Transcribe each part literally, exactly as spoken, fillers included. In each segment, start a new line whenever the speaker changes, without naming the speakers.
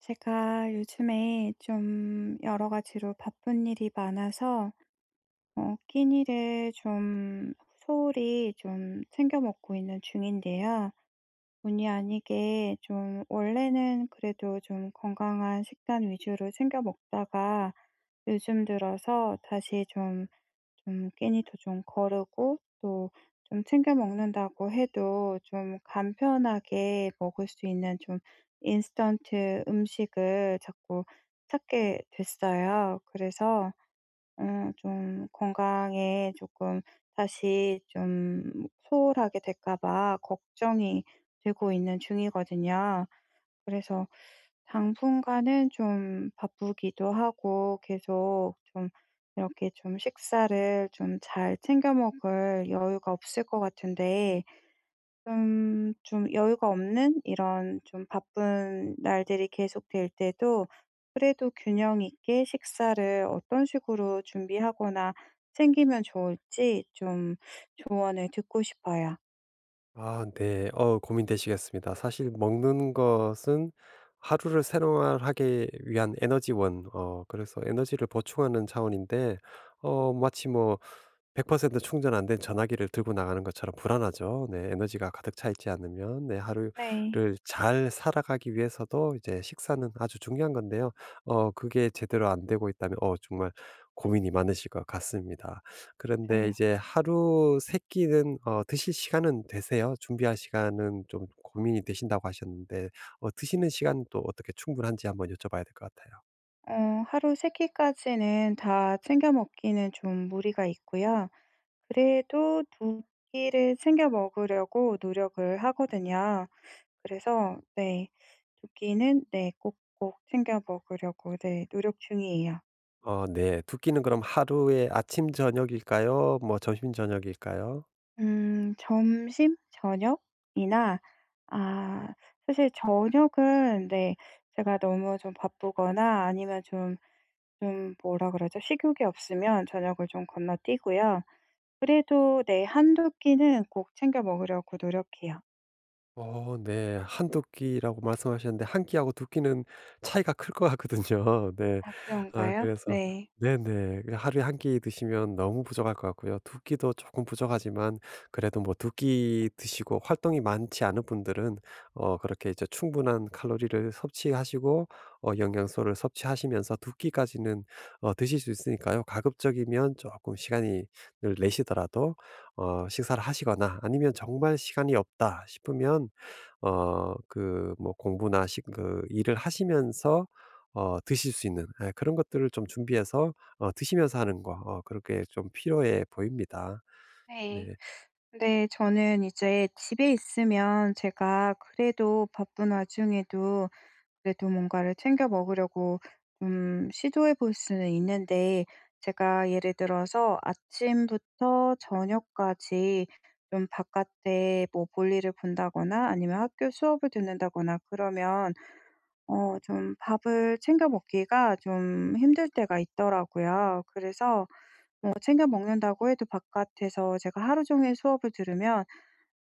제가 요즘에 좀 여러 가지로 바쁜 일이 많아서 어, 끼니를 좀 소홀히 좀 챙겨 먹고 있는 중인데요. 본의 아니게 좀 원래는 그래도 좀 건강한 식단 위주로 챙겨 먹다가 요즘 들어서 다시 좀 좀 끼니도 좀 거르고 또 좀 챙겨 먹는다고 해도 좀 간편하게 먹을 수 있는 좀 인스턴트 음식을 자꾸 찾게 됐어요. 그래서 어 좀 건강에 조금 다시 좀 소홀하게 될까 봐 걱정이 되고 있는 중이거든요. 그래서 당분간은 좀 바쁘기도 하고 계속 좀 이렇게 좀 식사를 좀 잘 챙겨 먹을 여유가 없을 것 같은데, 좀 좀 여유가 없는 이런 좀 바쁜 날들이 계속될 때도 그래도 균형 있게 식사를 어떤 식으로 준비하거나 챙기면 좋을지 좀 조언을 듣고 싶어요.
아 네. 어 고민되시겠습니다. 사실 먹는 것은 하루를 생활하기 위한 에너지원, 어 그래서 에너지를 보충하는 차원인데, 어 마치 뭐 백 퍼센트 충전 안 된 전화기를 들고 나가는 것처럼 불안하죠. 네. 에너지가 가득 차 있지 않으면 네
네,
하루를 잘 살아가기 위해서도 이제 식사는 아주 중요한 건데요. 어 그게 제대로 안 되고 있다면 어 정말 고민이 많으실 것 같습니다. 그런데
맞아요.
이제 하루 세 끼는 어 드실 시간은 되세요? 준비할 시간은 좀 고민이 되신다고 하셨는데 어 드시는 시간은 또 어떻게 충분한지 한번 여쭤봐야 될 것 같아요.
어 하루 세 끼까지는 다 챙겨 먹기는 좀 무리가 있고요. 그래도 두 끼를 챙겨 먹으려고 노력을 하거든요. 그래서, 네. 조끼는, 네, 꼭꼭 챙겨 먹으려고, 네, 노력 중이에요.
어 네. 두 끼는 그럼 하루에 아침 저녁일까요? 뭐 점심 저녁일까요?
음 점심, 저녁이나, 아, 사실 저녁은, 네, 제가 너무 좀 바쁘거나 아니면 좀 좀 뭐라 그러죠? 식욕이 없으면 저녁을 좀 건너뛰고요. 그래도, 네, 한두 끼는 꼭 챙겨 먹으려고 노력해요.
어 네. 한두 끼라고 말씀하셨는데 한 끼하고 두 끼는 차이가 클 것 같거든요. 네.
아,
아
그런가요?
그래서
네.
네네. 그 하루에 한 끼 드시면 너무 부족할 것 같고요. 두 끼도 조금 부족하지만 그래도 뭐 두 끼 드시고 활동이 많지 않은 분들은 어 그렇게 이제 충분한 칼로리를 섭취하시고 어 영양소를 섭취하시면서 두 끼까지는 어 드실 수 있으니까요. 가급적이면 조금 시간이 늘 내시더라도 어 식사를 하시거나 아니면 정말 시간이 없다 싶으면 어 그 뭐 공부나 시, 그 일을 하시면서 어 드실 수 있는 예 그런 것들을 좀 준비해서 어 드시면서 하는 거 어 그렇게 좀 필요해 보입니다. 네.
네. 네. 저는 이제 집에 있으면 제가 그래도 바쁜 와중에도 그래도 뭔가를 챙겨 먹으려고 좀 시도해 볼 수는 있는데, 제가 예를 들어서 아침부터 저녁까지 좀 바깥에 뭐 볼일을 본다거나 아니면 학교 수업을 듣는다거나 그러면 어 좀 밥을 챙겨 먹기가 좀 힘들 때가 있더라고요. 그래서 어, 챙겨 먹는다고 해도 바깥에서 제가 하루 종일 수업을 들으면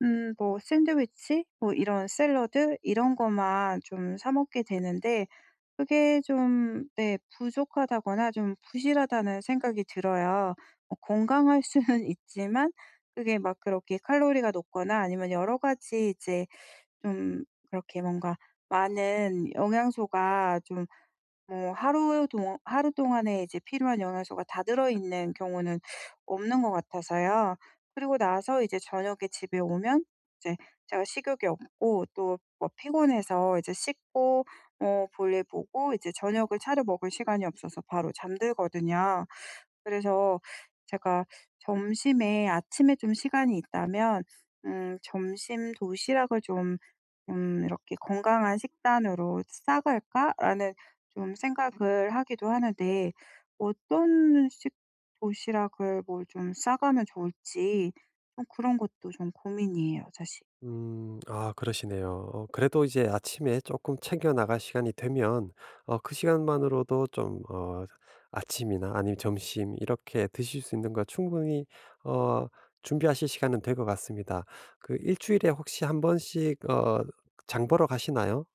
음 뭐 샌드위치 뭐 이런 샐러드 이런 거만 좀 사 먹게 되는데, 그게 좀, 네, 부족하다거나 좀 부실하다는 생각이 들어요. 뭐 건강할 수는 있지만, 그게 막 그렇게 칼로리가 높거나, 아니면 여러 가지 이제 좀 그렇게 뭔가 많은 영양소가, 좀, 뭐, 하루 동 하루 동안에 이제 필요한 영양소가 다 들어있는 경우는 없는 것 같아서요. 그리고 나서 이제 저녁에 집에 오면, 이제 제가 식욕이 없고 또 뭐 피곤해서, 이제 씻고 뭐 볼일 보고 이제 저녁을 차려 먹을 시간이 없어서 바로 잠들거든요. 그래서 제가 점심에, 아침에 좀 시간이 있다면 음 점심 도시락을 좀, 음 이렇게 '건강한 식단으로 싸갈까?'라는 좀 생각을 하기도 하는데, 어떤 식 도시락을 뭘 좀 싸가면 좋을지 좀 그런 것도 좀 고민이에요, 사실.
음 아 그러시네요. 어 그래도 이제 아침에 조금 챙겨 나갈 시간이 되면 어 그 시간만으로도 좀 어 아침이나 아니면 점심 이렇게 드실 수 있는 거 충분히 어 준비하실 시간은 될 것 같습니다. 그 일 주일에 혹시 한 번씩 어 장 보러 가시나요?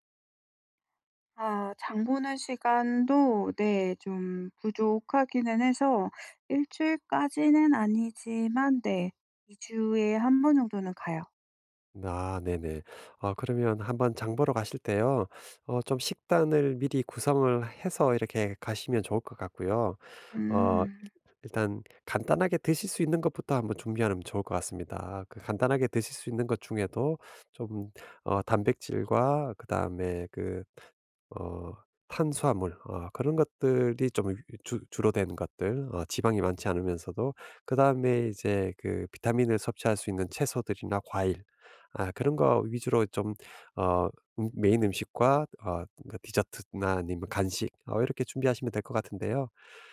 아, 장 보는 시간도, 네, 좀 부족하기는 해서, 일 주일까지는 아니지만, 네, 이 주 주에 한 번 정도는 가요.
아 네네. 어 그러면 한번 장 보러 가실 때요. 어 좀 식단을 미리 구성을 해서 이렇게 가시면 좋을 것 같고요.
음.
어
음.
일단 간단하게 드실 수 있는 것부터 한번 준비하면 좋을 것 같습니다. 그 간단하게 드실 수 있는 것 중에도 좀 어 단백질과 그다음에 그 어 탄수화물, 어 그런 것들이 좀 주 주로 된 것들, 어 지방이 많지 않으면서도 그다음에 이제 그 비타민을 섭취할 수 있는 채소들이나 과일 아 그런 거 위주로 좀 어 음 메인 음식과 어 뭔가 디저트나 아니면 간식, 어 이렇게 준비하시면 될 것 같은데요.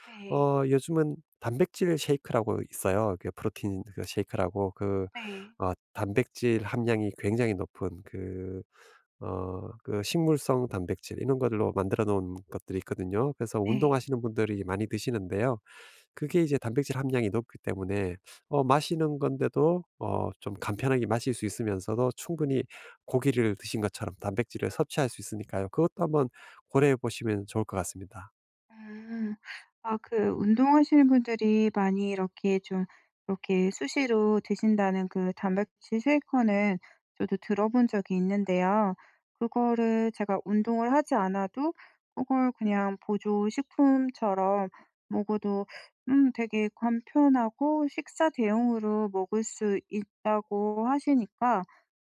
네.
어 요즘은 단백질 쉐이크라고 있어요. 그 프로틴 그 쉐이크라고, 그
네.
어 단백질 함량이 굉장히 높은 그, 어 그 식물성 단백질 이런 것들로 만들어 놓은 것들이 있거든요. 그래서
네.
운동하시는 분들이 많이 드시는데요. 그게 이제 단백질 함량이 높기 때문에 어 마시는 건데도 어 좀 간편하게 마실 수 있으면서도 충분히 고기를 드신 것처럼 단백질을 섭취할 수 있으니까요. 그것도 한번 고려해 보시면 좋을 것 같습니다.
아. 아, 그 운동하시는 분들이 많이 이렇게 좀 이렇게 수시로 드신다는 그 단백질 쉐이커는 저도 들어본 적이 있는데요. 그거를, 제가 운동을 하지 않아도 그걸 그냥 보조 식품처럼 먹어도 음 되게 간편하고 식사 대용으로 먹을 수 있다고 하시니까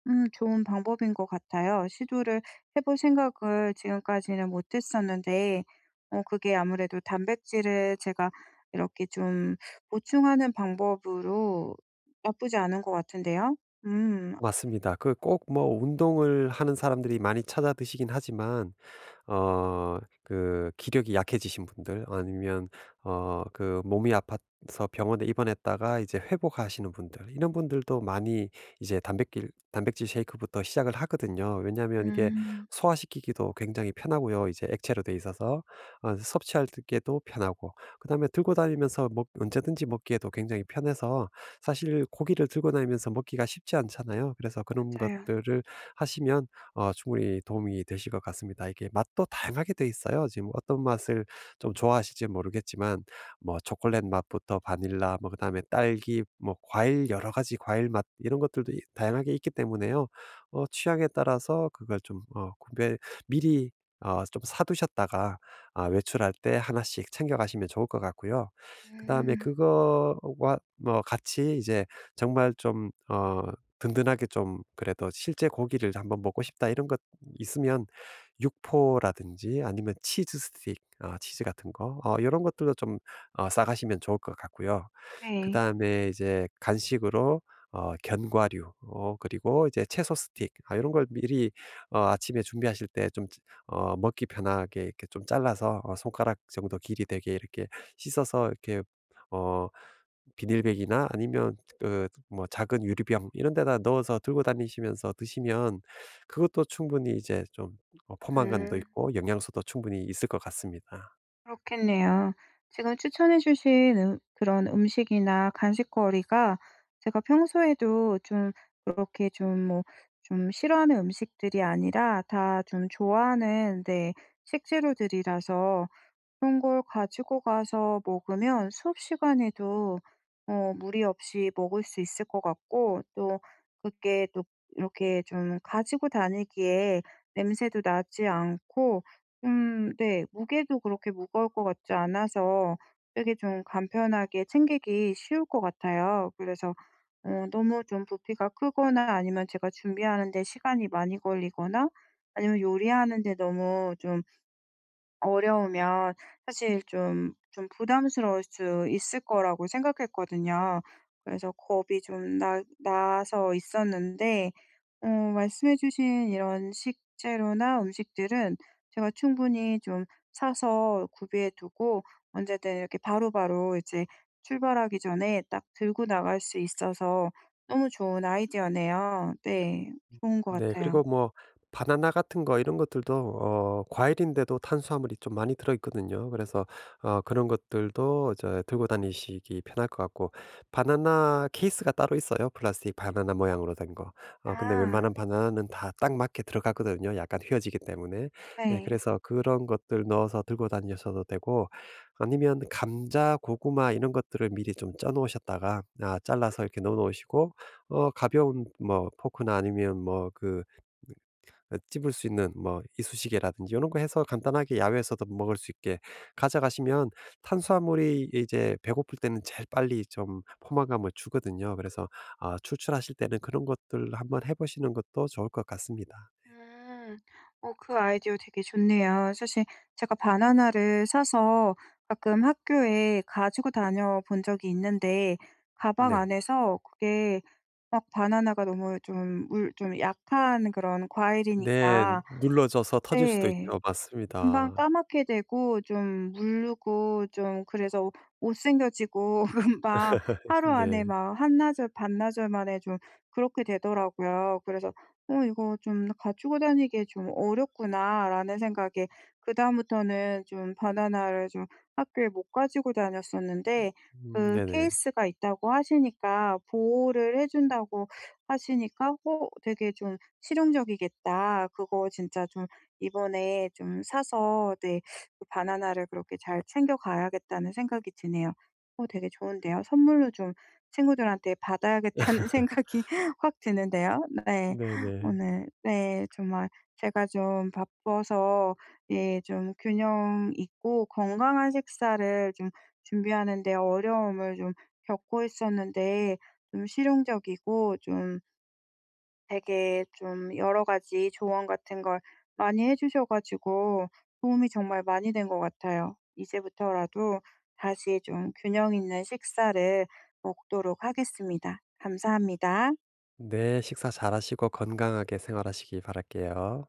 음 좋은 방법인 것 같아요. 시도를 해볼 생각을 지금까지는 못 했었는데, 어 그게 아무래도 단백질을 제가 이렇게 좀 보충하는 방법으로 나쁘지 않은 것 같은데요. 음.
맞습니다. 그 꼭 뭐 운동을 하는 사람들이 많이 찾아 드시긴 하지만 어 그 기력이 약해지신 분들, 아니면 어 그 몸이 아파서 병원에 입원했다가 이제 회복하시는 분들, 이런 분들도 많이 이제 단백질 단백질 쉐이크부터 시작을 하거든요. 왜냐하면 이게
음,
소화시키기도 굉장히 편하고요. 이제 액체로 돼 있어서 어, 섭취할 때도 편하고 그다음에 들고 다니면서 먹 언제든지 먹기에도 굉장히 편해서, 사실 고기를 들고 다니면서 먹기가 쉽지 않잖아요. 그래서 그런
맞아요.
것들을 하시면 어 충분히 도움이 되실 것 같습니다. 이게 맛도 다양하게 돼 있어요. 지금 어떤 맛을 좀 좋아하실지 모르겠지만 뭐 초콜릿 맛부터 바닐라, 뭐 그다음에 딸기, 뭐 과일, 여러 가지 과일 맛, 이런 것들도 이- 다양하게 있기 때문에요. 어 취향에 따라서 그걸 좀 어 구별 미리 어 좀 사두셨다가, 아, 외출할 때 하나씩 챙겨가시면 좋을 것 같고요. 그 다음에
음.
그거와 뭐 같이 이제 정말 좀, 어, 든든하게 좀 그래도 '실제 고기를 한번 먹고 싶다.' 이런 것 있으면 육포라든지 아니면 치즈 스틱, 어 치즈 같은 거어런 것들도 좀 어 싸가시면 좋을 것 같고요.
네.
그다음에 이제 간식으로 어 견과류, 어 그리고 이제 채소 스틱 아런걸 미리 어 아침에 준비하실 때 좀 어 먹기 편하게 이렇게 좀 잘라서, 어 손가락 정도 길이 되게 이렇게 씻어서 이렇게 어 비닐백이나 아니면 그 뭐 작은 유리병 이런 데다 넣어서 들고 다니시면서 드시면 그것도 충분히 이제 좀 어 포만감도
음.
있고 영양소도 충분히 있을 것 같습니다.
그렇겠네요. 지금 추천해 주신 음 그런 음식이나 간식거리가 제가 평소에도 좀 그렇게 좀 뭐 좀 싫어하는 음식들이 아니라 다 좀 좋아하는, 네, 식재료들이라서, 그런 걸 가지고 가서 먹으면 수업 시간에도 어 무리 없이 먹을 수 있을 것 같고, 또 그게 또 이렇게 좀 가지고 다니기에 냄새도 나지 않고, 음, 네, 무게도 그렇게 무거울 것 같지 않아서 되게 좀 간편하게 챙기기 쉬울 것 같아요. 그래서 어 너무 좀 부피가 크거나, 아니면 제가 준비하는 데 시간이 많이 걸리거나, 아니면 요리하는 데 너무 좀 어려우면 사실 좀 좀 부담스러울 수 있을 거라고 생각했거든요. 그래서 겁이 좀 나 나서 있었는데, 어 말씀해 주신 이런 식재료나 음식들은 제가 충분히 좀 사서 구비해 두고 언제든 이렇게 바로바로 이제 출발하기 전에 딱 들고 나갈 수 있어서 너무 좋은 아이디어네요. 네. 좋은 것
네.
같아요.
그리고 뭐 바나나 같은 거 이런 것들도 어 과일인데도 탄수화물이 좀 많이 들어 있거든요. 그래서 어 그런 것들도 저 들고 다니시기 편할 것 같고, 바나나 케이스가 따로 있어요. 플라스틱 바나나 모양으로 된 거. 어 근데
아,
웬만한 바나나는 다 딱 맞게 들어가거든요, 약간 휘어지기 때문에. 네
네.
그래서 그런 것들 넣어서 들고 다니셔도 되고, 아니면 감자, 고구마 이런 것들을 미리 좀 쪄 놓으셨다가 아 잘라서 이렇게 넣어 놓으시고 어 가벼운 뭐 포크나 아니면 뭐 그 어 찝을 수 있는 뭐 이쑤시개라든지 요런 거 해서 간단하게 야외에서도 먹을 수 있게 가져가시면, 탄수화물이 이제 배고플 때는 제일 빨리 좀 포만감을 주거든요. 그래서 아 출출하실 때는 그런 것들 한번 해 보시는 것도 좋을 것 같습니다.
음. 어 그 아이디어 되게 좋네요. 사실 제가 바나나를 사서 가끔 학교에 가지고 다녀 본 적이 있는데, 가방
네.
안에서 그게 막 바나나가 너무 좀 물 좀 약한 그런
네.
과일이니까,
눌러져서 터질 수도
네,
있죠.
금방
맞습니다.
까맣게 되고 좀 물르고 좀, 그래서 못생겨지고 금방 하루 안에
네.
막 한나절, 반나절 만에 좀 그렇게 되더라고요. 그래서 '어 이거 좀 가지고 다니기 좀 어렵구나.'라는 생각에 그다음부터는 좀 바나나를 좀 학교에 못 가지고 다녔었는데,
음
그
네네.
케이스가 있다고 하시니까, 보호를 해 준다고 하시니까, '어 되게 좀 실용적이겠다. 그거 진짜 좀 이번에 좀 사서, 네, 그 바나나를 그렇게 잘 챙겨 가야겠다'는 생각이 드네요. 어 되게 좋은데요. 선물로 좀 친구들한테 받아야겠다는 생각이 확 드는데요. 네.
네네.
오늘, 네, 정말 제가 좀 바빠서, 예, 좀 균형 있고 건강한 식사를 좀 준비하는 데 어려움을 좀 겪고 있었는데, 좀 실용적이고 좀 되게 좀 여러 가지 조언 같은 걸 많이 해 주셔 가지고 도움이 정말 많이 된 것 같아요. 이제부터라도 다시 좀 균형 있는 식사를 먹도록 하겠습니다. 감사합니다.
네. 식사 잘하시고 건강하게 생활하시기 바랄게요.